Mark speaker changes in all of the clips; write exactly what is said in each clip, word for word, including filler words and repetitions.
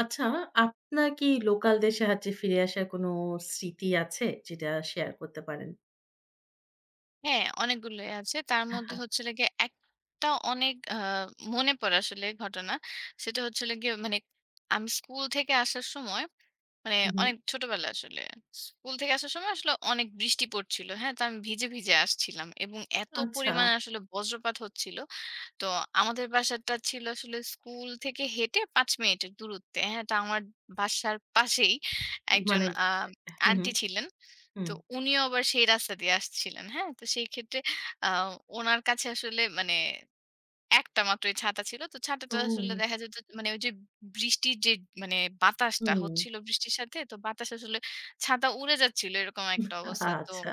Speaker 1: আচ্ছা, আপনার কি লোকালদের সাহায্যে ফিরে আসার কোনো স্মৃতি আছে? যেটা শেয়ার করতে পারেন?
Speaker 2: হ্যাঁ, অনেকগুলোই আছে। তার মধ্যে হচ্ছে হলো গিয়ে একটা অনেক আ মনে পড়ে আসলে ঘটনা। সেটা হচ্ছে হলো গিয়ে মানে আমি স্কুল থেকে আসার সময় মানে
Speaker 1: হু, হু।
Speaker 2: অনেক ছোটবেলায় আসলে। স্কুল থেকে আসার সময় আসলে অনেক বৃষ্টি পড়ছিল। হ্যাঁ? তো আমি ভিজে, ভিজে আসছিলাম এবং এত
Speaker 1: আচ্ছা।
Speaker 2: পরিমাণে আসলে বজ্রপাত হচ্ছিল। তো আমাদের বাসাটা ছিল আসলে স্কুল থেকে হেঁটে পাঁচ মিনিটের দূরত্বে। হ্যাঁ? তো আমার বাসার পাশেই একজন
Speaker 1: মানে
Speaker 2: আ
Speaker 1: হু, হু,
Speaker 2: আন্টি ছিলেন।
Speaker 1: হুম।
Speaker 2: তো উনিও আবার সেই রাস্তা দিয়ে আসছিলেন। হ্যাঁ? তো সেই ক্ষেত্রে আ উনার কাছে আসলে মানে একটা মাত্রই ছাতা ছিল। তো ছাতাটা আসলে
Speaker 1: ও!
Speaker 2: দেখা যেত মানে ওই যে বৃষ্টির যে মানে বাতাসটা
Speaker 1: হুম।
Speaker 2: হচ্ছিল বৃষ্টির সাথে তো বাতাস আসলে ছাতা উড়ে যাচ্ছিল এরকম একটা অবস্থা। তো
Speaker 1: আচ্ছা।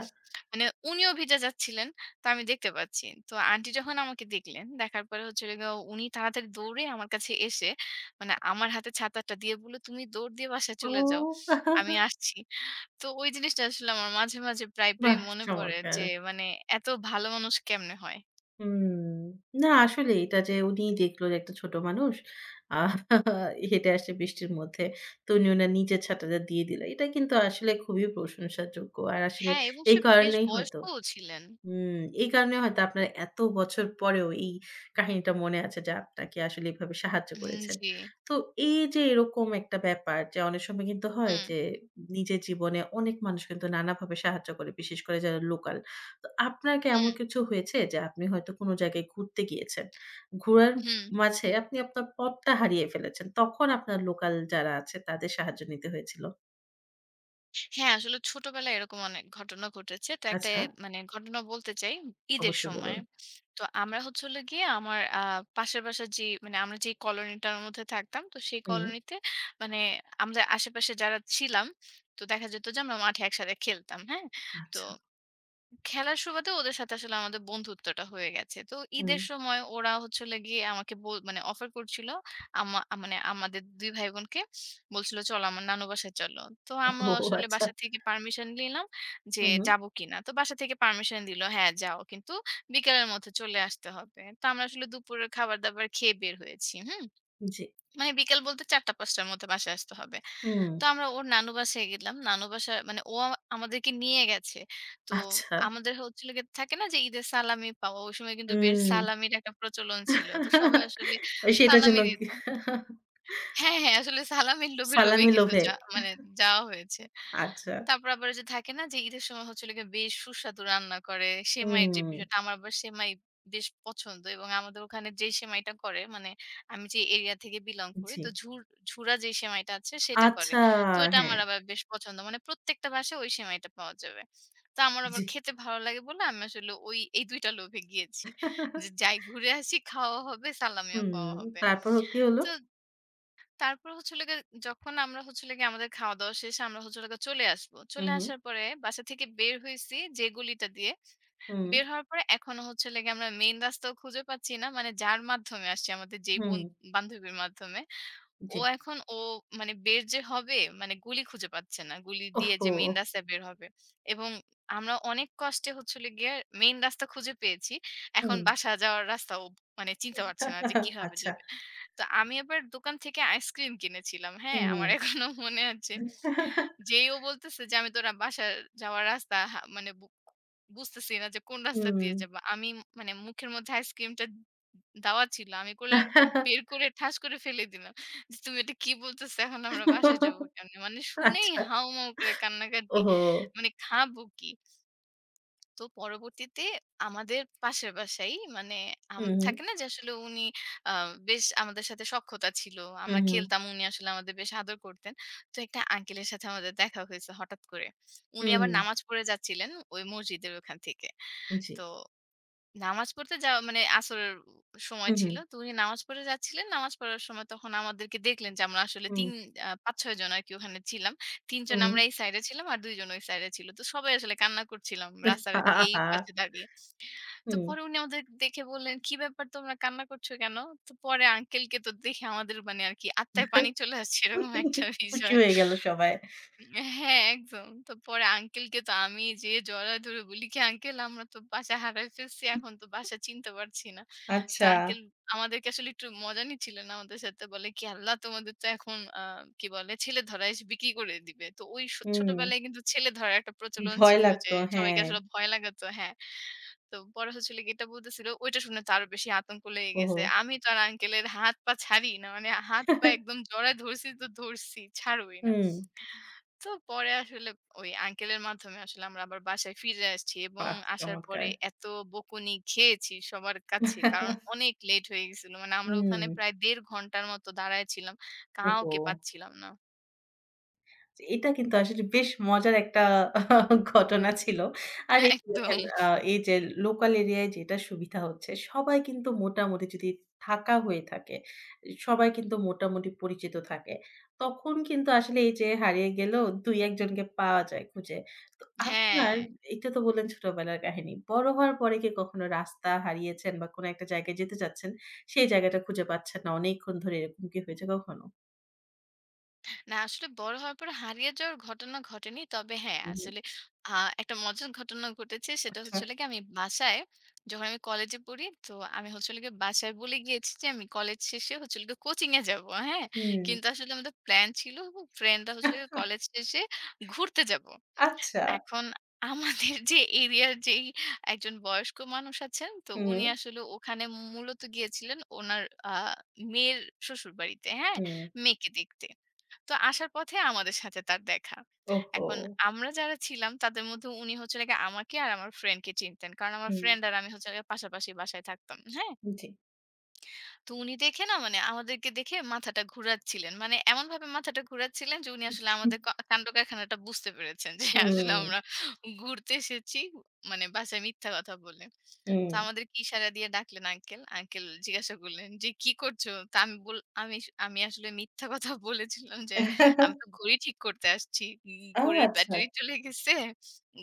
Speaker 2: মানে উনিও ভিজে যাচ্ছিলেন। তো আমি দেখতে পাচ্ছি। তো আন্টি যখন আমাকে দেখলেন, দেখার পরে হচ্ছে হলো গিয়ে উনি তাড়াতাড়ি দৌড়ে আমার কাছে এসে মানে আমার হাতে ছাতাটা দিয়ে বলল, "তুমি দৌড় দিয়ে বাসায়
Speaker 1: ও!
Speaker 2: চলে যাও। আমি আসছি।" তো ওই জিনিসটা আসলে আমার মাঝে, মাঝে প্রায়, প্রায়
Speaker 1: বাহ!
Speaker 2: মনে পড়ে
Speaker 1: চমৎকার।
Speaker 2: যে মানে এত ভালো মানুষ কেমনে হয়?
Speaker 1: হুম। না আসলে এটা যে উনি দেখলেন একটা ছোট মানুষ আ হেঁটে আসছে বৃষ্টির মধ্যে। তো উনি উনার নিজের ছাতাটা দিয়ে দিলেন। এটা কিন্তু আসলে খুবই প্রশংসাযোগ্য। আর আসলে
Speaker 2: হ্যাঁ, এবং
Speaker 1: এই
Speaker 2: সে বেশ
Speaker 1: কারণেই হয়তো
Speaker 2: বয়স্কও ছিলেন।
Speaker 1: হুম, এই কারণে হয়তো আপনার এত বছর পরেও এই কাহিনীটা মনে আছে যে আপনাকে আসলে এভাবে সাহায্য
Speaker 2: হুম,
Speaker 1: করেছেন।
Speaker 2: জি।
Speaker 1: তো এই যে এরকম একটা ব্যাপার যে অনেক সময় কিন্তু হয়
Speaker 2: হুম,
Speaker 1: যে নিজের জীবনে অনেক মানুষ কিন্তু নানাভাবে সাহায্য করে, বিশেষ করে যারা লোকাল। তো আপনার কি
Speaker 2: হুম,
Speaker 1: এমন কিছু হয়েছে যে আপনি হয়তো কোনো জায়গায় ঘুরতে গিয়েছেন। ঘোরার
Speaker 2: হুম।
Speaker 1: মাঝে আপনি আপনার পথটা হারিয়ে ফেলেছেন। তখন আপনার লোকাল যারা আছে তাদের সাহায্য নিতে হয়েছিল?
Speaker 2: হ্যাঁ, আসলে ছোটবেলায় এরকম অনেক ঘটনা ঘটেছে। তো একটা এ
Speaker 1: আচ্ছা,
Speaker 2: মানে ঘটনা বলতে চাই। ঈদের
Speaker 1: অবশ্যই
Speaker 2: সময়।
Speaker 1: বলুন।
Speaker 2: তো আমরা হচ্ছে হলো গিয়ে আমার আ পাশের বাসার যে মানে আমরা যে কলোনিটার মধ্যে থাকতাম, তো সেই
Speaker 1: হুম,
Speaker 2: কলোনিতে মানে আমরা আশেপাশে যারা ছিলাম, তো দেখা যেত যে আমরা মাঠে একসাথে খেলতাম। হ্যাঁ? তো
Speaker 1: আচ্ছা।
Speaker 2: খেলার সুবাদে ওদের সাথে আসলে আমাদের বন্ধুত্বটা হয়ে গেছে। তো
Speaker 1: হুম,
Speaker 2: ঈদের সময় ওরা হচ্ছে হলো গিয়ে আমাকে বল মানে অফার করছিল। আমা মানে আমাদের দুই ভাই বোনকে বলছিল, "চলো আমার নানু বাসায় চলো।" তো আমরা
Speaker 1: ও
Speaker 2: আসলে
Speaker 1: আচ্ছা।
Speaker 2: বাসা থেকে পারমিশন নিলাম যে
Speaker 1: হু, হু।
Speaker 2: যাবো কিনা। তো বাসা থেকে পারমিশন দিল, "হ্যাঁ, যাও। কিন্তু বিকালের মধ্যে চলে আসতে হবে।" তো আমরা আসলে দুপুরের খাবার-দাবার খেয়ে বের হয়েছি। হুম?
Speaker 1: জি।
Speaker 2: মানে বিকাল বলতে চারটা থেকে পাঁচটার র মধ্যে বাসায় আসতে হবে।
Speaker 1: হুম,
Speaker 2: তো আমরা ওর নানু বাসায় গেলাম। নানু বাসা মানে ও আমা আমাদেরকে নিয়ে গেছে। তো
Speaker 1: আচ্ছা।
Speaker 2: আমাদের হচ্ছিল গিয়ে থাকে না যে ঈদের সালামি পাওয়া? ওই সময় কিন্তু বেশ
Speaker 1: হুম।
Speaker 2: সালামির একটা প্রচলন ছিল। তো সবাই আসলে
Speaker 1: ওই সেটার
Speaker 2: সালামি
Speaker 1: জন্য
Speaker 2: দিত।
Speaker 1: কি
Speaker 2: হ্যাঁ, হ্যাঁ আসলে সালামির লোভে, লোভেই
Speaker 1: সালামি
Speaker 2: কিন্তু
Speaker 1: লোভে।
Speaker 2: যা মানে যাওয়া হয়েছে।
Speaker 1: আচ্ছা।
Speaker 2: তারপর আবার ওইযে থাকে না যে ঈদের সময় হচ্ছে হলো গিয়ে বেশ সুস্বাদু রান্না করে। সেমাইয়ের যে
Speaker 1: হুম,
Speaker 2: বিষয়টা, আমার আবার সেমাই বেশ পছন্দ এবং আমাদের ওখানে যেই সেমাইটা করে মানে আমি যে এরিয়া থেকে বিলং করি
Speaker 1: জি।
Speaker 2: তো ঝুর ঝুরা যেই সেমাইটা আছে সেটা করে।
Speaker 1: আচ্ছা,
Speaker 2: তো এটা
Speaker 1: হ্যাঁ,
Speaker 2: আমার আবার বেশ পছন্দ। মানে প্রত্যেকটা বাসায় ওই সেমাইটা পাওয়া যাবে। তো আমার
Speaker 1: জি।
Speaker 2: আবার খেতে ভালো লাগে বলে আমি আসলে ওই এই দুই টা লোভে গিয়েছি। যে যাই ঘুরে আসি, খাওয়াও হবে, সালামিও
Speaker 1: হুম,
Speaker 2: পাওয়া হবে।
Speaker 1: তারপর কি হলো?
Speaker 2: তো তারপর হচ্ছিল গিয়ে যখন আমরা হচ্ছিল গিয়ে আমাদের খাওয়া-দাওয়া শেষে আমরা হচ্ছিল গিয়ে চলে আসবো। চলে
Speaker 1: হুম,
Speaker 2: আসার পরে বাসা থেকে বের হইছি যে গলিটা দিয়ে,
Speaker 1: হুম,
Speaker 2: বের হওয়ার পরে এখনো হচ্ছিল গিয়ে আমরা মেইন রাস্তাও খুঁজে পাচ্ছি না। মানে যার মাধ্যমে আসছি আমাদের যেই
Speaker 1: হুম,
Speaker 2: বন বান্ধবীর মাধ্যমে। ও
Speaker 1: জি।
Speaker 2: এখন ও মানে বের যে হবে মানে গুলি খুঁজে পাচ্ছে না। গুলি দিয়ে যে
Speaker 1: ওহহো!
Speaker 2: মেইন রাস্তায় বের হবে। এবং আমরা অনেক কষ্টে হচ্ছে হলো গিয়ে মেইন রাস্তা খুঁজে পেয়েছি। এখন
Speaker 1: হুম।
Speaker 2: বাসা যাওয়ার রাস্তা ও মানে চিনতে পারছে না যে কিভাবে
Speaker 1: আচ্ছা।
Speaker 2: যাবে। তো আমি আবার দোকান থেকে আইসক্রিম কিনেছিলাম। হ্যাঁ?
Speaker 1: হুম।
Speaker 2: আমার এখনো মনে আছে। যেই ও বলতেছে যে আমি তো রা বাসা যাওয়ার রাস্তা হা মানে বু বুঝতেছি না যে কোন রাস্তা
Speaker 1: হুম।
Speaker 2: দিয়ে যাবো। আমি মানে মুখের মধ্যে আইসক্রিমটা দাওয়া ছিল। আমি করলাম কি বের করে ঠাস করে ফেলে দিলাম। যে, "তুমি এটা কি বলতেছো? এখন আমরা বাসায় যাবো কেমনে?" মানে শুনেই
Speaker 1: আচ্ছা।
Speaker 2: হাউমাউ করে কান্নাকাটি।
Speaker 1: ওহহো!
Speaker 2: মানে খাবো কি? তো পরবর্তীতে আমাদের পাশের বাসায় মানে আম
Speaker 1: হুম, হুম,
Speaker 2: থাকে না যে, আসলে উনি আ বেশ আমাদের সাথে সখ্যতা ছিল। আমরা
Speaker 1: হুম,
Speaker 2: খেলতাম, উনি আসলে আমাদের বেশ আদর করতেন। তো একটা আঙ্কেলের সাথে আমাদের দেখা হয়েছে হঠাৎ করে। উনি
Speaker 1: হুম,
Speaker 2: আবার নামাজ পড়ে যাচ্ছিলেন ওই মসজিদের ওখান থেকে।
Speaker 1: হুম, জি।
Speaker 2: তো নামাজ পড়তে যাওয়া মানে আসরের সময়
Speaker 1: হুম, হুম,
Speaker 2: ছিল। তো উনি নামাজ পড়ে যাচ্ছিলেন। নামাজ পড়ার সময় তখন আমাদেরকে দেখলেন যে আমরা আসলে
Speaker 1: হুম,
Speaker 2: তিন আ পাঁচ ছয় জন আরকি ওখানে ছিলাম। তিন জন
Speaker 1: হুম।
Speaker 2: আমরা এই সাইডে ছিলাম আর দুই জন ওই সাইডে ছিল। তো সবাই আসলে কান্না করছিলাম রাস্তার এই পাশে
Speaker 1: আহা!
Speaker 2: দাঁড়িয়ে। তো
Speaker 1: হুম।
Speaker 2: পরে উনি আমাদের দেখে বললেন, "কি ব্যাপার তোমরা কান্না করছো কেন?" তো পরে আঙ্কেলকে তো দেখে আমাদের মানে আরকি আত্মায় পানি চলে আসছে এরকম একটা
Speaker 1: খুশি
Speaker 2: বিষয়।
Speaker 1: হয়ে গেল সবাই।
Speaker 2: হ্যাঁ, একদম। তো পরে আঙ্কেলকে তো আমি যেয়ে জড়ায় ধরে বলি কি, "আঙ্কেল আমরা তো বাসা হারায় ফেলছি। এখন তো বাসা চিনতে পারছি না।" তো
Speaker 1: আচ্ছা।
Speaker 2: আঙ্কেল আমাদেরকে আসলে একটু মজা নিচ্ছিলেন আমাদের সাথে। বলে কি, "আল্লাহ তোমাদের তো এখন আ কি বলে ছেলে ধরায় স বিক্রি করে দিবে।" তো ওই স
Speaker 1: হুম,
Speaker 2: ছোটবেলায় কিন্তু ছেলে ধরার একটা প্রচলন
Speaker 1: ভয়
Speaker 2: ছিল যে
Speaker 1: লাগতো।
Speaker 2: সবাইকে
Speaker 1: হ্যাঁ।
Speaker 2: আসলে ভয় লাগাতো হ্যাঁ। তো বড় হচ্ছিল গিয়ে এটা বলতেছিল, ওইটা শুনে তো আরো বেশি আতঙ্ক লেগে গেছে।
Speaker 1: ওহো!
Speaker 2: আমি তো আর আঙ্কেলের হাত পা ছাড়িই না। মানে হাত পা একদম জড়ায় ধরছি তো ধরছি, ছাড়বই না।
Speaker 1: হুম,
Speaker 2: তো পরে আসলে ওই আঙ্কেলের মাধ্যমে আসলে আমরা আবার বাসায় ফিরে আসছি এবং
Speaker 1: বাহ!
Speaker 2: আসার পরে
Speaker 1: চমৎকার।
Speaker 2: এত বকুনি খেয়েছি সবার কাছে কারণ অনেক লেট হয়ে গেছিল মানে আমরা
Speaker 1: হুম,
Speaker 2: ওখানে প্রায় দেড় ঘন্টার মতো দাঁড়ায় ছিলাম
Speaker 1: ওহো!
Speaker 2: কাউকে পাচ্ছিলাম না
Speaker 1: এটা কিন্তু আসলে বেশ মজার একটা ঘটনা ছিল। আর এই
Speaker 2: একদম
Speaker 1: দেখেন আ এই যে লোকাল এরিয়ায় যেটা সুবিধা হচ্ছে, সবাই কিন্তু মোটামুটি যদি থাকা হয়ে থাকে, সবাই কিন্তু মোটামুটি পরিচিত থাকে। তখন কিন্তু আসলে এই যে হারিয়ে গেলেও দুই এক জনকে পাওয়া যায় খুঁজে। তো
Speaker 2: হ্যাঁ
Speaker 1: আপনার এটা তো বললেন ছোটবেলার কাহিনী। বড় হওয়ার পরে কি কখনো রাস্তা হারিয়েছেন বা কোনো একটা জায়গায় যেতে চাচ্ছেন, সেই জায়গাটা খুঁজে পাচ্ছেন না অনেকক্ষণ ধরে, এরকম কি হয়েছে কখনো?
Speaker 2: না আসলে বড় হওয়ার পর হারিয়ে যাওয়ার ঘটনা ঘটেনি। তবে হ্যাঁ,
Speaker 1: হুম, হুম।
Speaker 2: আসলে আ একটা মজার ঘটনা ঘটেছে। সেটা
Speaker 1: আচ্ছা।
Speaker 2: হচ্ছে হলো গিয়ে আমি বাসায় যখন আমি কলেজে পড়ি, তো আমি হচ্ছে হলো গিয়ে বাসায় বলে গিয়েছি যে আমি কলেজ শেষে হচ্ছে হলো গিয়ে কোচিং এ যাবো। হ্যাঁ?
Speaker 1: হুম।
Speaker 2: কিন্তু আসলে আমাদের প্ল্যান ছিল ফ্রেন্ডরা হচ্ছে হলো গিয়ে কলেজ শেষে ঘুরতে যাবো।
Speaker 1: আচ্ছা।
Speaker 2: এখন আমাদের যে এরিয়ার যেই একজন বয়স্ক মানুষ আছেন, তো উনি
Speaker 1: হুম,
Speaker 2: আসলে ওখানে মূলত গিয়েছিলেন উনার আ মেয়ের শ্বশুরবাড়িতে। হ্যাঁ?
Speaker 1: হুম।
Speaker 2: মেয়েকে দেখতে। তো আসার পথে আমাদের সাথে তার দেখা।
Speaker 1: ওহো!
Speaker 2: এখন আমরা যারা ছিলাম তাদের মধ্যে উনি হচ্ছে হলো গিয়ে আমাকে আর আমার ফ্রেন্ডকে চিনতেন। কারণ আমার
Speaker 1: হুম,
Speaker 2: ফ্রেন্ড আর আমি হচ্ছে হলো গিয়ে পাশাপাশি বাসায় থাকতাম। হ্যাঁ?
Speaker 1: জি।
Speaker 2: তো উনি দেখে না মানে আমাদেরকে দেখে মাথাটা ঘুরাচ্ছিলেন। মানে এমনভাবে মাথাটা ঘুরাচ্ছিলেন যে উনি আসলে আমাদের ক কাণ্ডকারখানাটা বুঝতে পেরেছেন যে আসলে
Speaker 1: হুম,
Speaker 2: আমরা ঘুরতে এসেছি মানে বাসায় মিথ্যা কথা বলে।
Speaker 1: হুম।
Speaker 2: তো আমাদেরকে ইশারা দিয়ে ডাকলেন আঙ্কেল। আঙ্কেল জিজ্ঞাসা করলেন যে, "কি করছো?" তা আমি বল আমি স আমি আসলে মিথ্যা কথা বলেছিলাম যে, "আমি তো ঘড়ি ঠিক করতে আসছি। উম ঘড়ির
Speaker 1: আচ্ছা।
Speaker 2: ব্যাটারি চলে গেছে।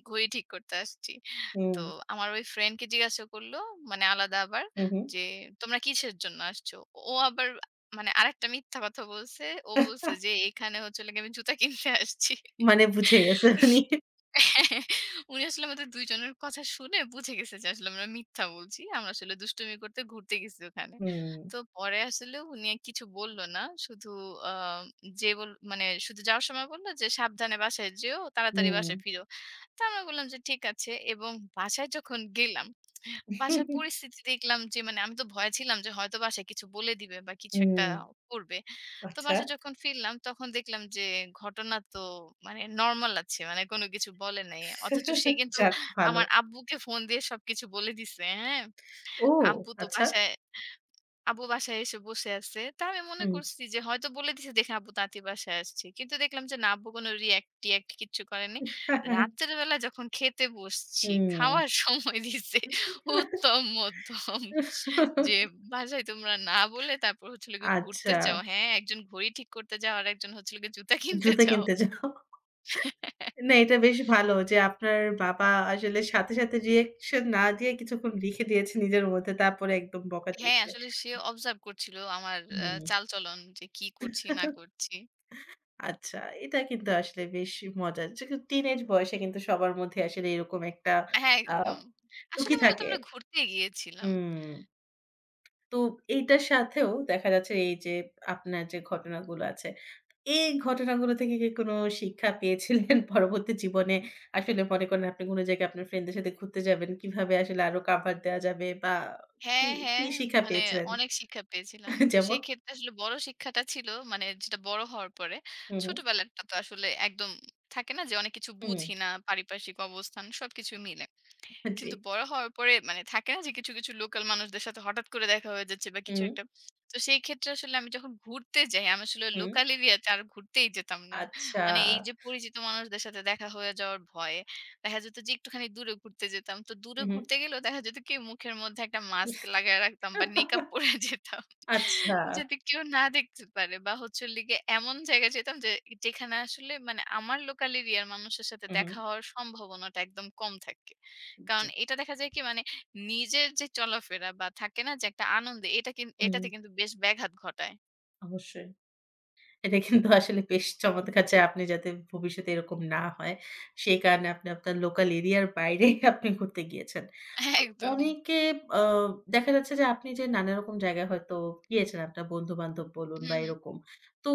Speaker 2: ঘড়ি ঠিক করতে আসছি।"
Speaker 1: হুম,
Speaker 2: তো আমার ওই ফ্রেন্ডকে জিজ্ঞাসা করলো মানে আলাদা আবার
Speaker 1: হু, হু।
Speaker 2: যে, "তোমরা কিসের জন্য আসছো?" ও আবার মানে আরেকটা মিথ্যা কথা বলছে। ও বলছে যে, "এখানে হচ্ছে হলো গিয়ে আমি জুতা কিনতে আসছি।"
Speaker 1: মানে বুঝে গেছে উনি।
Speaker 2: উনি আসলে আমাদের দুই জনের কথা শুনে বুঝে গেছে যে আসলে আমরা মিথ্যা বলছি। আমরা আসলে দুষ্টুমি করতে ঘুরতে গেছি ওখানে।
Speaker 1: হুম,
Speaker 2: তো পরে আসলে উনি আর কিছু বলল না। শুধু আ যে বল মানে শুধু যাওয়ার সময় বলল যে, "সাবধানে বাসায় যেও, তাড়াতাড়ি
Speaker 1: হুম,
Speaker 2: বাসায় ফিরো।" তো আমরা বললাম যে, "ঠিক আছে" এবং বাসায় যখন গেলাম, বাসার পরিস্থিতি দেখলাম যে মানে আমি তো ভয়ে ছিলাম যে হয়তো বাসায় কিছু বলে দিবে বা কিছু একটা
Speaker 1: হুম।
Speaker 2: করবে। তো
Speaker 1: আচ্ছা।
Speaker 2: বাসায় যখন ফিরলাম তখন দেখলাম যে ঘটনা তো মানে নরমাল আছে। মানে কোনো কিছু বলে নাই। অথচ সে কিন্তু
Speaker 1: যাক ভালো।
Speaker 2: আমার আব্বুকে ফোন দিয়ে সবকিছু বলে দিছে, হ্যাঁ?
Speaker 1: ও
Speaker 2: আব্বু তো
Speaker 1: আচ্ছা।
Speaker 2: বাসায় আব্বু বাসায় এসে বসে আছে। তা আমি মনে
Speaker 1: হুম,
Speaker 2: করছি যে হয়তো বলে দিছে দেখে আব্বু তাড়াতাড়ি বাসায় আসছি। কিন্তু দেখলাম যে না আব্বু কোনো react টিয়াক্ট কিচ্ছু করেনি। রাতের বেলা যখন খেতে বসছি, খাওয়ার
Speaker 1: হুম।
Speaker 2: সময় দিছে উত্তম মধ্যম যে বাসায় তোমরা না বলে তারপর হচ্ছে হলো গিয়ে ঘুরতে
Speaker 1: আচ্ছা,
Speaker 2: যাও। হ্যাঁ, একজন ঘড়ি ঠিক করতে যাও আর একজন হচ্ছে হলো গিয়ে জুতা কিনতে
Speaker 1: জুতা
Speaker 2: যাও।
Speaker 1: কিনতে যাও। না, এটা বেশ ভালো যে আপনার বাবা আসলে সাথে, সাথে রিঅ্যাকশন না দিয়ে কিছুক্ষণ লিখে দিয়েছে নিজের মধ্যে। তারপরে একদম বকা
Speaker 2: হ্যাঁ,
Speaker 1: দিয়েছে।
Speaker 2: আসলে সে observe করছিল আমার আ
Speaker 1: হুম।
Speaker 2: চালচলন যে কি করছি না করছি।
Speaker 1: আচ্ছা, এটা কিন্তু আসলে বেশ মজার। যে টিনেজ বয়সে কিন্তু সবার মধ্যে আসলে এরকম একটা
Speaker 2: হ্যাঁ,
Speaker 1: আ
Speaker 2: একদম। আসলে
Speaker 1: ঝুঁকি
Speaker 2: মূলত
Speaker 1: থাকে।
Speaker 2: আমরা ঘুরতে গিয়েছিলাম।
Speaker 1: হুম। তো এইটার সাথেও দেখা যাচ্ছে এই যে আপনার যে ঘটনাগুলো আছে, এই ঘটনাগুলো থেকে কি কোনো শিক্ষা পেয়েছিলেন পরবর্তী জীবনে? আসলে মনে করেন আপনি কোন জায়গায় আপনার ফ্রেন্ডদের সাথে ঘুরতে যাবেন, কিভাবে আসলে আরো কাভার দেয়া যাবে বা কি,
Speaker 2: হ্যাঁ, হ্যাঁ,
Speaker 1: কি শিক্ষা
Speaker 2: মানে
Speaker 1: পেয়েছিলেন?
Speaker 2: অনেক শিক্ষা পেয়েছিলাম। তো
Speaker 1: যেমন?
Speaker 2: সেই ক্ষেত্রে আসলে বড় শিক্ষাটা ছিল মানে যেটা বড় হওয়ার পরে।
Speaker 1: হুম, হুম,
Speaker 2: ছোটবেলাটা তো আসলে একদম থাকে না যে অনেক কিছু
Speaker 1: হুম।
Speaker 2: বুঝি না, পারিপার্শ্বিক অবস্থান সবকিছু মিলে।
Speaker 1: জি।
Speaker 2: কিন্তু বড় হওয়ার পরে মানে থাকে না যে কিছু, কিছু লোকাল মানুষদের সাথে হঠাৎ করে দেখা হয়ে যাচ্ছে বা কিছু
Speaker 1: হুম,
Speaker 2: একটা। তো সেই ক্ষেত্রে আসলে আমি যখন ঘুরতে যাই, আমি আসলে
Speaker 1: হুম।
Speaker 2: লোকাল এরিয়াতে আর ঘুরতেই যেতাম না।
Speaker 1: আচ্ছা।
Speaker 2: মানে এই যে পরিচিত মানুষদের সাথে দেখা হয়ে যাওয়ার ভয়ে, দেখা যেত যে একটুখানি দূরে ঘুরতে যেতাম। তো দূরে
Speaker 1: হুম,
Speaker 2: ঘুরতে গেলেও দেখা যেত কি মুখের মধ্যে একটা মাস্ক
Speaker 1: হুম।
Speaker 2: লাগায় রাখতাম বা নেকআপ পরে যেতাম।
Speaker 1: আচ্ছা।
Speaker 2: যাতে কেউ না দেখতে পারে বা হচ্ছে হলো গিয়ে এমন জায়গায় যেতাম যে যেখানে আসলে মানে আমার লোকাল এরিয়ার মানুষের সাথে
Speaker 1: হুম, হুম।
Speaker 2: দেখা হওয়ার সম্ভাবনাটা একদম কম থাকে। কারণ
Speaker 1: জি।
Speaker 2: এটা দেখা যায় কি মানে নিজের যে চলাফেরা বা থাকে না যে একটা আনন্দ এটা কিন
Speaker 1: হুম,
Speaker 2: এটাতে কিন্তু বেশ ব্যাঘাত ঘটায়।
Speaker 1: অবশ্যই। এটা কিন্তু আসলে বেশ চমৎকার যে আপনি যাতে ভবিষ্যতে এরকম না হয়, সেই কারণে আপনি আপনার লোকাল এরিয়ার বাইরে আপনি ঘুরতে গিয়েছেন। তো
Speaker 2: একদম।
Speaker 1: অনেকে আ দেখা যাচ্ছে যে আপনি যে নানা রকম জায়গায় হয়তো গিয়েছেন আপনার বন্ধু-বান্ধব বলুন
Speaker 2: হুম,
Speaker 1: বা
Speaker 2: হুম।
Speaker 1: এরকম। তো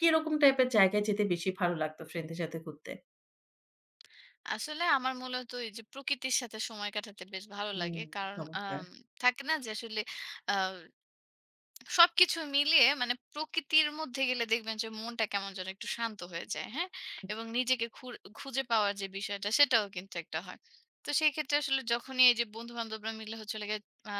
Speaker 1: কিরকম টাইপের জায়গায় যেতে বেশি ভালো লাগতো ফ্রেন্ডদের সাথে ঘুরতে?
Speaker 2: আসলে আমার মূলত এই যে প্রকৃতির সাথে সময় কাটাতে বেশ ভালো লাগে।
Speaker 1: হুম,
Speaker 2: কারণ
Speaker 1: চমৎকার।
Speaker 2: আম থাকে না যে আসলে আ সবকিছু মিলিয়ে মানে প্রকৃতির মধ্যে গেলে দেখবেন যে মনটা কেমন যেন একটু শান্ত হয়ে যায়, হ্যাঁ? এবং নিজেকে খুর খুঁজে পাওয়ার যে বিষয়টা সেটাও কিন্তু একটা হয়। তো সেই ক্ষেত্রে আসলে যখনই এই যে বন্ধু-বান্ধবরা মিলে হচ্ছে হলো গিয়ে আ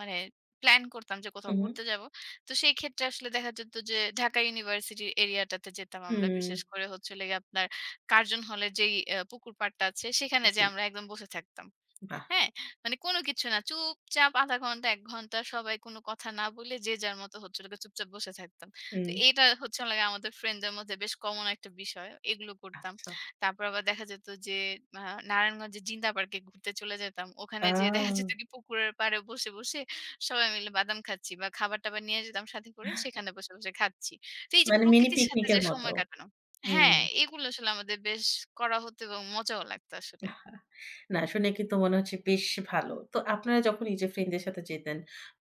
Speaker 2: মানে প্ল্যান করতাম যে কোথাও
Speaker 1: হুম, হুম।
Speaker 2: ঘুরতে যাবো। তো সেই ক্ষেত্রে আসলে দেখা যেত যে ঢাকা ইউনিভার্সিটির এরিয়াটাতে যেতাম আমরা।
Speaker 1: হুম,
Speaker 2: বিশেষ করে হচ্ছে হলো গিয়ে আপনার কার্জন হলের যেই অ্যা পুকুর পাড়টা আছে সেখানে
Speaker 1: জি,
Speaker 2: যেয়ে আমরা একদম বসে থাকতাম।
Speaker 1: বাহ!
Speaker 2: হ্যাঁ? মানে কোনো কিছু না। চুপচাপ আধা ঘন্টা এক ঘন্টা সবাই কোনো কথা না বলে যে যার মতো হচ্ছিল গিয়ে চুপচাপ বসে থাকতাম। তো
Speaker 1: হুম,
Speaker 2: এটা হচ্ছে হলো গিয়ে আমাদের ফ্রেন্ডদের মধ্যে বেশ কমন একটা বিষয়। এগুলো করতাম।
Speaker 1: আচ্ছা।
Speaker 2: তারপর আবার দেখা যেত যে আ নারায়ণগঞ্জের জিন্দা পার্কে ঘুরতে চলে যেতাম। ওখানে যেয়ে দেখা যেত
Speaker 1: আ
Speaker 2: কি পুকুরের পাড়ে বসে, বসে সবাই মিলে বাদাম খাচ্ছি বা খাবার-টাবার নিয়ে যেতাম সাথে করে সেখানে বসে, বসে খাচ্ছি। তো এই যে
Speaker 1: মানে মিনি
Speaker 2: প্রকৃতির সাথে যে
Speaker 1: পিকনিকের মতো।
Speaker 2: সময় কাটানো
Speaker 1: হুম।
Speaker 2: হ্যাঁ, এগুলো আসলে আমাদের বেশ করা হতো এবং মজাও লাগতো আসলে।
Speaker 1: না শুনে কিন্তু মনে হচ্ছে বেশ ভালো। তো আপনারা যখন এই যে ফ্রেন্ডদের সাথে যেতেন,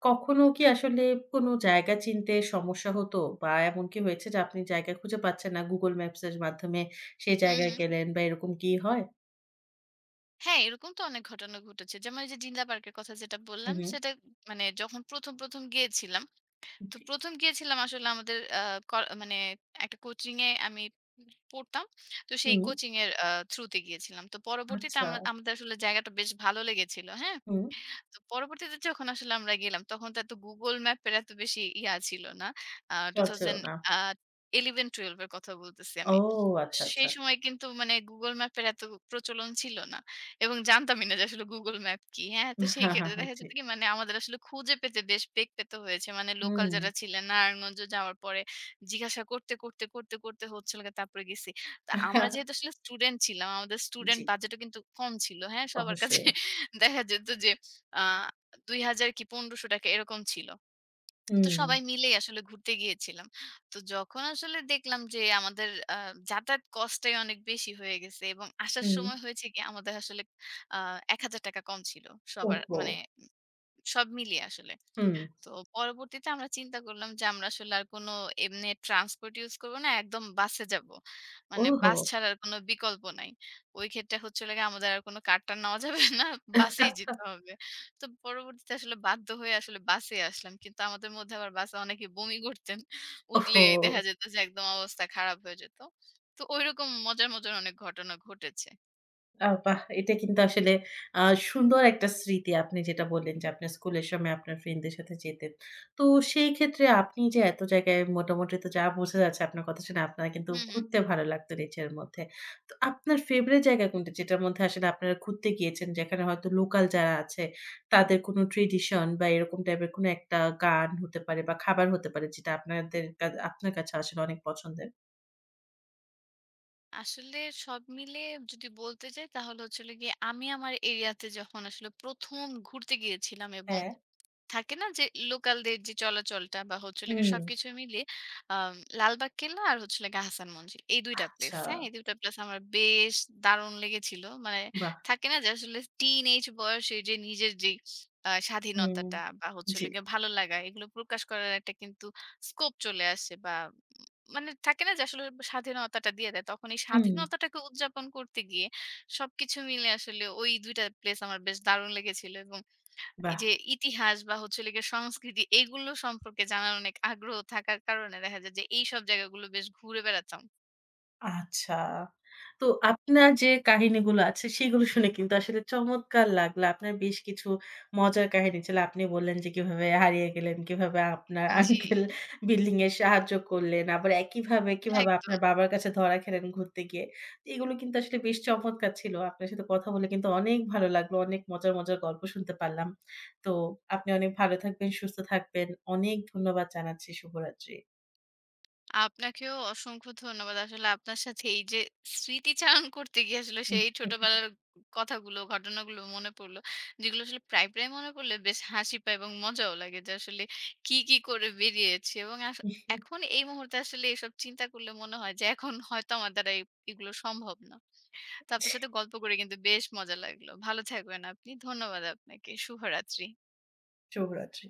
Speaker 1: কখনো কি আসলে কোনো জায়গা চিনতে সমস্যা হতো? বা এমন কি হয়েছে যে আপনি জায়গা খুঁজে পাচ্ছেন না Google Maps এর মাধ্যমে সেই
Speaker 2: হু, হু।
Speaker 1: জায়গায় গেলেন বা এরকম কি হয়?
Speaker 2: হ্যাঁ, এরকম তো অনেক ঘটনা ঘটেছে। যেমন এই যে ডিনলা পার্কের কথা যেটা
Speaker 1: হু,
Speaker 2: বললাম,
Speaker 1: হু।
Speaker 2: সেটা মানে যখন ১ম, ১ম গিয়েছিলাম, তো
Speaker 1: জি।
Speaker 2: ১ম গিয়েছিলাম আসলে আমাদের আ ক মানে একটা কোচিং এ আমি পড়তাম। তো সেই
Speaker 1: হুম,
Speaker 2: কোচিং এর আ থ্রুতে গিয়েছিলাম। তো পরবর্তীতে
Speaker 1: আচ্ছা।
Speaker 2: আমরা আমাদের আসলে জায়গাটা বেশ ভালো লেগেছিল। হ্যাঁ?
Speaker 1: হুম,
Speaker 2: তো পরবর্তীতে যখন আসলে আমরা গেলাম তখন তো এত Google Map এর এত বেশি ইয়া ছিল না। আ
Speaker 1: চল ছিল না।
Speaker 2: দুই হাজার এগারো-বারো এর কথা বলতেছি
Speaker 1: ও
Speaker 2: আমি।
Speaker 1: আচ্ছা,
Speaker 2: সেই
Speaker 1: আচ্ছা।
Speaker 2: সময় কিন্তু মানে Google Map এর এত প্রচলন ছিল না। এবং জানতামই না যে আসলে Google Map কি। হ্যাঁ? তো সেই
Speaker 1: হ্যাঁ, হ্যাঁ,
Speaker 2: ক্ষেত্রে
Speaker 1: হ্যাঁ,
Speaker 2: দেখা
Speaker 1: জি।
Speaker 2: যেত কি মানে আমাদের আসলে খুঁজে পেতে বেশ বেগ পেতে হয়েছে। মানে লোকাল
Speaker 1: হুম।
Speaker 2: যারা ছিলেন নারায়ণগঞ্জ যাওয়ার পরে জিজ্ঞাসা করতে, করতে, করতে, করতে হচ্ছিল গিয়ে তারপরে গেছি। তো আমরা যেহেতু আসলে স্টুডেন্ট ছিলাম, আমাদের
Speaker 1: জি,
Speaker 2: স্টুডেন্ট বাজেটও কিন্তু কম ছিল। হ্যাঁ? সবার কাছে
Speaker 1: অবশ্যই।
Speaker 2: দেখা যেত যে আ দুই হাজার কি ৳পনেরশো এরকম ছিল। তো
Speaker 1: হুম,
Speaker 2: সবাই মিলেই আসলে ঘুরতে গিয়েছিলাম। তো যখন আসলে দেখলাম যে আমাদের আ যাতায়াত কস্টটাই অনেক বেশি হয়ে গেছে এবং আসার
Speaker 1: হুম।
Speaker 2: সময় হয়েছে কি আমাদের আসলে আ ৳এক হাজার কম ছিল সবার
Speaker 1: ওহো!
Speaker 2: মানে সব মিলিয়ে আসলে।
Speaker 1: হুম।
Speaker 2: তো পরবর্তীতে আমরা চিন্তা করলাম যে আমরা আসলে আর কোনো এমনি ট্রান্সপোর্ট ইউজ করব না। একদম বাসে যাব। মানে
Speaker 1: ওহো!
Speaker 2: বাস ছাড়া আর কোনো বিকল্প নাই। ওই ক্ষেত্রে হচ্ছে হলো গিয়ে আমাদের আর কোনো কার-টার নেওয়া যাবে না। বাসেই যেতে হবে। তো পরবর্তীতে আসলে বাধ্য হয়ে আসলে বাসেই আসলাম। কিন্তু আমাদের মধ্যে আবার বাসে অনেকে বমি করতেন।
Speaker 1: ওহো!
Speaker 2: উঠলেই দেখা যেত যে একদম অবস্থা খারাপ হয়ে যেত। তো ঐরকম মজার, মজার অনেক ঘটনা ঘটেছে।
Speaker 1: আ বাহ! এটা কিন্তু আসলে আ সুন্দর একটা স্মৃতি। আপনি যেটা বললেন যে, আপনার স্কুলের সময় আপনার ফ্রেন্ডদের সাথে যেতেন। তো সেই ক্ষেত্রে আপনি যে এত জায়গায় মোটামুটি তো যা বোঝা যাচ্ছে আপনার কথা শুনে আপনার কিন্তু
Speaker 2: হু, হু।
Speaker 1: ঘুরতে ভালো লাগতো নেচারের মধ্যে। তো আপনার ফেভারাইট জায়গা কোনটা? যেটার মধ্যে আসলে আপনারা ঘুরতে গিয়েছেন, যেখানে হয়তো লোকাল যারা আছে তাদের কোনো ট্র্যাডিশন বা এরকম টাইপের কোনো একটা গান হতে পারে বা খাবার হতে পারে যেটা আপনাদের কা আপনার কাছে আসলে অনেক পছন্দের?
Speaker 2: আসলে সব মিলে যদি বলতে যাই তাহলে হচ্ছিল গিয়ে আমি আমার এরিয়াতে যখন আসলে প্রথম ঘুরতে গিয়েছিলাম এবং
Speaker 1: হ্যাঁ,
Speaker 2: থাকে না যে লোকালদের যে চলাচলটা বা হচ্ছে হলো গিয়ে
Speaker 1: হুম।
Speaker 2: সবকিছু মিলিয়ে আম লালবাগ কেল্লা আর হচ্ছে হলো গিয়ে হাসান মঞ্জিল এই দুই টা প্লেস,
Speaker 1: আচ্ছা,
Speaker 2: হ্যাঁ? এই দুই টা প্লেস আমার বেশ দারুণ লেগেছিল। মানে
Speaker 1: বাহ!
Speaker 2: থাকে না যে আসলে টিনেজ বয়সে যে নিজের যেই আ
Speaker 1: হুম,
Speaker 2: স্বাধীনতাটা বা হচ্ছে
Speaker 1: জি।
Speaker 2: হলো গিয়ে ভালো লাগা এগুলো প্রকাশ করার একটা কিন্তু স্কোপ চলে আসে বা উম মানে থাকে না যে আসলে স্বাধীনতাটা দিয়ে দেয়। তখন এই
Speaker 1: হুম,
Speaker 2: স্বাধীনতাটাকে উদযাপন করতে গিয়ে সবকিছু মিলে আসলে ওই দুই টা প্লেস আমার বেশ দারুণ লেগেছিল এবং এই
Speaker 1: বাহ!
Speaker 2: যে ইতিহাস বা হচ্ছে হলো গিয়ে সংস্কৃতি এগুলো সম্পর্কে জানার অনেক আগ্রহ থাকার কারণে দেখা যায় যে এইসব জায়গাগুলো বেশ ঘুরে বেড়াতাম।
Speaker 1: আচ্ছা। তো আপনার যে কাহিনীগুলো আছে সেগুলো শুনে কিন্তু আসলে চমৎকার লাগলো। আপনার বেশ কিছু মজার কাহিনী ছিল। আপনি বললেন যে কিভাবে হারিয়ে গেলেন, কিভাবে আপনার
Speaker 2: জি,
Speaker 1: আঙ্কেল বিল্ডিং এ সাহায্য করলেন। আবার একইভাবে কিভাবে
Speaker 2: একদম।
Speaker 1: আপনার বাবার কাছে ধরা খেলেন ঘুরতে গিয়ে। তো এগুলো কিন্তু আসলে বেশ চমৎকার ছিল। আপনার সাথে কথা বলে কিন্তু অনেক ভালো লাগলো। অনেক মজার, মজার গল্প শুনতে পারলাম। তো আপনি অনেক ভালো থাকবেন, সুস্থ থাকবেন। অনেক ধন্যবাদ জানাচ্ছি। শুভরাত্রি।
Speaker 2: আপনাকেও অসংখ্য ধন্যবাদ। আসলে আপনার সাথে এই যে স্মৃতিচারণ করতে গিয়ে আসলে সেই ছোটবেলার কথাগুলো, ঘটনাগুলো মনে পড়লো। যেগুলো আসলে প্রায়, প্রায় মনে পড়লে বেশ হাসি পায় এবং মজাও লাগে যে আসলে কি, কি করে বেরিয়েছি এবং আস এখন এই মুহূর্তে আসলে এসব চিন্তা করলে মনে হয় যে এখন হয়তো আমার দ্বারা এ এগুলো সম্ভব না। তো আপনার সাথে গল্প করে কিন্তু বেশ মজা লাগলো। ভালো থাকবেন আপনি। ধন্যবাদ আপনাকে। শুভরাত্রি।
Speaker 1: শুভরাত্রি।